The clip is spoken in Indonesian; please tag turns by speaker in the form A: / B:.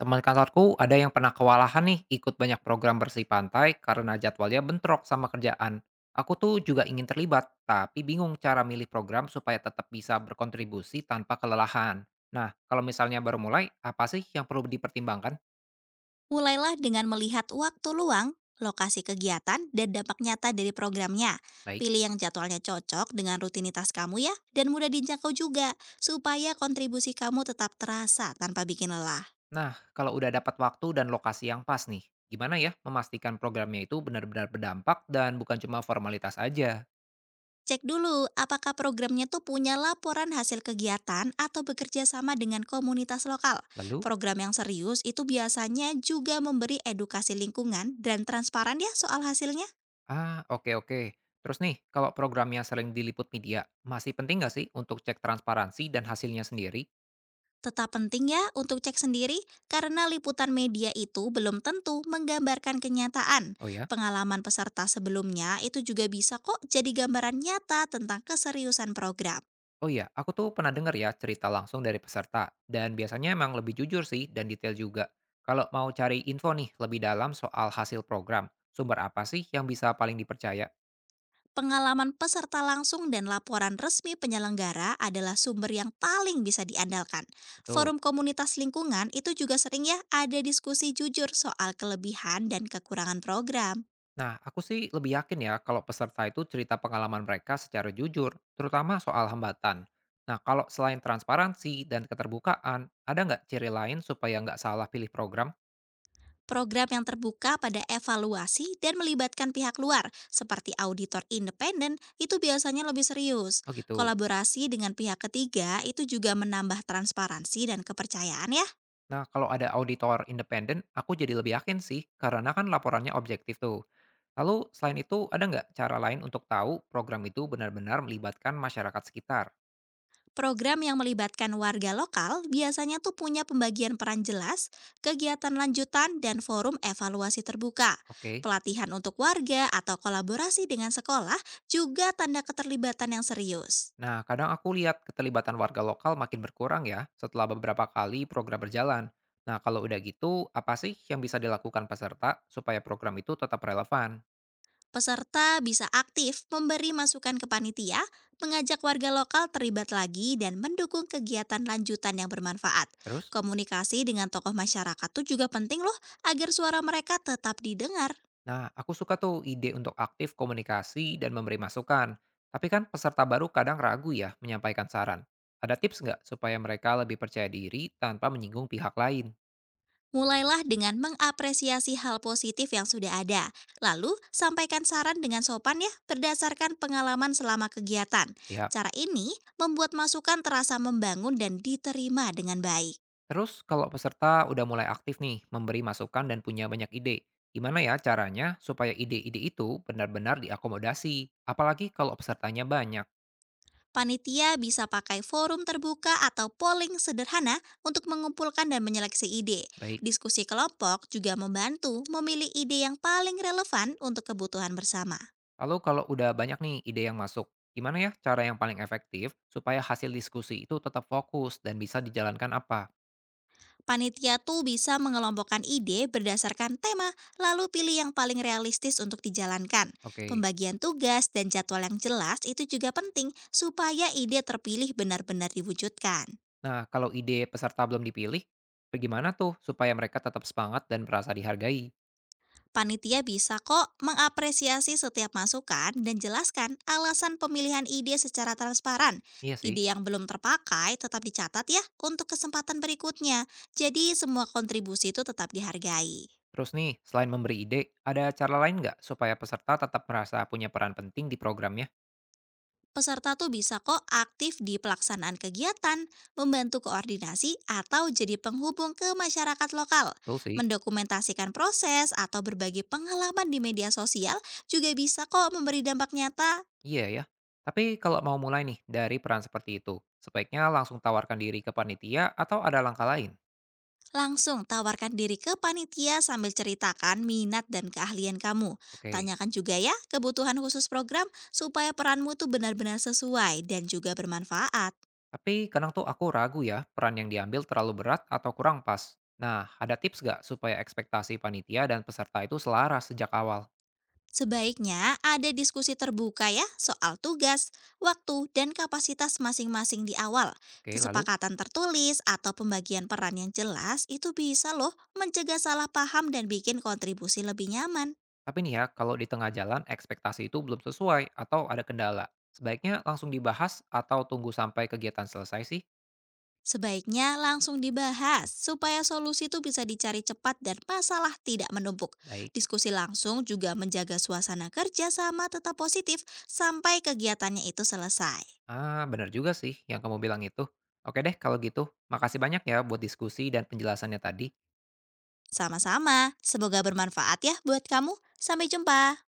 A: Teman kantorku ada yang pernah kewalahan nih ikut banyak program bersih pantai karena jadwalnya bentrok sama kerjaan. Aku tuh juga ingin terlibat, tapi bingung cara milih program supaya tetap bisa berkontribusi tanpa kelelahan. Nah, kalau misalnya baru mulai, apa sih yang perlu dipertimbangkan?
B: Mulailah dengan melihat waktu luang, lokasi kegiatan, dan dampak nyata dari programnya.
A: Baik.
B: Pilih yang jadwalnya cocok dengan rutinitas kamu ya, dan mudah dijangkau juga, supaya kontribusi kamu tetap terasa tanpa bikin lelah.
A: Nah, kalau udah dapat waktu dan lokasi yang pas nih, gimana ya memastikan programnya itu benar-benar berdampak dan bukan cuma formalitas aja?
B: Cek dulu apakah programnya tuh punya laporan hasil kegiatan atau bekerja sama dengan komunitas lokal.
A: Lalu?
B: Program yang serius itu biasanya juga memberi edukasi lingkungan dan transparan ya soal hasilnya.
A: Ah, oke oke. Terus nih, kalau programnya sering diliput media, masih penting nggak sih untuk cek transparansi dan hasilnya sendiri?
B: Tetap penting ya untuk cek sendiri karena liputan media itu belum tentu menggambarkan kenyataan.
A: Oh ya.
B: Pengalaman peserta sebelumnya itu juga bisa kok jadi gambaran nyata tentang keseriusan program.
A: Oh iya, aku tuh pernah dengar ya cerita langsung dari peserta, dan biasanya emang lebih jujur sih dan detail juga. Kalau mau cari info nih lebih dalam soal hasil program, sumber apa sih yang bisa paling dipercaya?
B: Pengalaman peserta langsung dan laporan resmi penyelenggara adalah sumber yang paling bisa diandalkan.
A: Betul.
B: Forum komunitas lingkungan itu juga sering ya ada diskusi jujur soal kelebihan dan kekurangan program.
A: Nah, aku sih lebih yakin ya kalau peserta itu cerita pengalaman mereka secara jujur, terutama soal hambatan. Nah, kalau selain transparansi dan keterbukaan, ada nggak ciri lain supaya nggak salah pilih program?
B: Program yang terbuka pada evaluasi dan melibatkan pihak luar, seperti auditor independen, itu biasanya lebih serius.
A: Oh gitu.
B: Kolaborasi dengan pihak ketiga itu juga menambah transparansi dan kepercayaan ya.
A: Nah, kalau ada auditor independen, aku jadi lebih yakin sih, karena kan laporannya objektif tuh. Lalu, selain itu, ada nggak cara lain untuk tahu program itu benar-benar melibatkan masyarakat sekitar?
B: Program yang melibatkan warga lokal biasanya tuh punya pembagian peran jelas, kegiatan lanjutan, dan forum evaluasi terbuka.
A: Oke.
B: Pelatihan untuk warga atau kolaborasi dengan sekolah juga tanda keterlibatan yang serius.
A: Nah, kadang aku lihat keterlibatan warga lokal makin berkurang ya setelah beberapa kali program berjalan. Nah, kalau udah gitu, apa sih yang bisa dilakukan peserta supaya program itu tetap relevan?
B: Peserta bisa aktif memberi masukan ke panitia, mengajak warga lokal terlibat lagi, dan mendukung kegiatan lanjutan yang bermanfaat.
A: Terus,
B: Komunikasi dengan tokoh masyarakat itu juga penting loh, agar suara mereka tetap didengar.
A: nah aku suka tuh ide untuk aktif komunikasi dan memberi masukan. Tapi kan peserta baru kadang ragu ya menyampaikan saran. Ada tips nggak supaya mereka lebih percaya diri tanpa menyinggung pihak lain?
B: Mulailah dengan mengapresiasi hal positif yang sudah ada. Lalu, sampaikan saran dengan sopan ya, berdasarkan pengalaman selama kegiatan.
A: Siap.
B: Cara ini membuat masukan terasa membangun dan diterima dengan baik.
A: Terus kalau peserta udah mulai aktif nih, memberi masukan dan punya banyak ide, gimana ya caranya supaya ide-ide itu benar-benar diakomodasi? Apalagi kalau pesertanya banyak.
B: Panitia bisa pakai forum terbuka atau polling sederhana untuk mengumpulkan dan menyeleksi ide.
A: Baik,
B: Diskusi kelompok juga membantu memilih ide yang paling relevan untuk kebutuhan bersama.
A: lalu kalau udah banyak nih ide yang masuk, gimana ya cara yang paling efektif supaya hasil diskusi itu tetap fokus dan bisa dijalankan apa?
B: Panitia tuh bisa mengelompokkan ide berdasarkan tema, lalu pilih yang paling realistis untuk dijalankan.
A: Oke,
B: Pembagian tugas dan jadwal yang jelas itu juga penting supaya ide terpilih benar-benar diwujudkan.
A: nah kalau ide peserta belum dipilih, bagaimana tuh supaya mereka tetap semangat dan merasa dihargai?
B: Panitia bisa kok mengapresiasi setiap masukan dan jelaskan alasan pemilihan ide secara transparan.
A: Iya sih.
B: Ide yang belum terpakai tetap dicatat ya untuk kesempatan berikutnya. Jadi semua kontribusi itu tetap dihargai.
A: Terus nih, selain memberi ide, ada cara lain nggak supaya peserta tetap merasa punya peran penting di programnya?
B: Peserta tuh bisa kok aktif di pelaksanaan kegiatan, membantu koordinasi atau jadi penghubung ke masyarakat lokal.
A: Betul sih.
B: Mendokumentasikan proses atau berbagi pengalaman di media sosial juga bisa kok memberi dampak nyata.
A: Iya ya. Tapi kalau mau mulai nih dari peran seperti itu, sebaiknya langsung tawarkan diri ke panitia atau ada langkah lain?
B: Langsung tawarkan diri ke panitia sambil ceritakan minat dan keahlian kamu.
A: Oke.
B: Tanyakan juga ya kebutuhan khusus program supaya peranmu tuh benar-benar sesuai dan juga bermanfaat.
A: Tapi kadang tuh aku ragu ya, peran yang diambil terlalu berat atau kurang pas. Nah, ada tips nggak supaya ekspektasi panitia dan peserta itu selaras sejak awal?
B: Sebaiknya ada diskusi terbuka ya soal tugas, waktu, dan kapasitas masing-masing di awal.
A: Oke, lalu?
B: Kesepakatan tertulis atau pembagian peran yang jelas itu bisa loh mencegah salah paham dan bikin kontribusi lebih nyaman.
A: Tapi nih ya, kalau di tengah jalan ekspektasi itu belum sesuai atau ada kendala, sebaiknya langsung dibahas atau tunggu sampai kegiatan selesai sih?
B: Sebaiknya langsung dibahas supaya solusi itu bisa dicari cepat dan masalah tidak menumpuk.
A: Baik.
B: Diskusi langsung juga menjaga suasana kerja sama tetap positif sampai kegiatannya itu selesai.
A: Ah, benar juga sih yang kamu bilang itu. Oke deh kalau gitu. Makasih banyak ya buat diskusi dan penjelasannya tadi.
B: Sama-sama, semoga bermanfaat ya buat kamu. Sampai jumpa.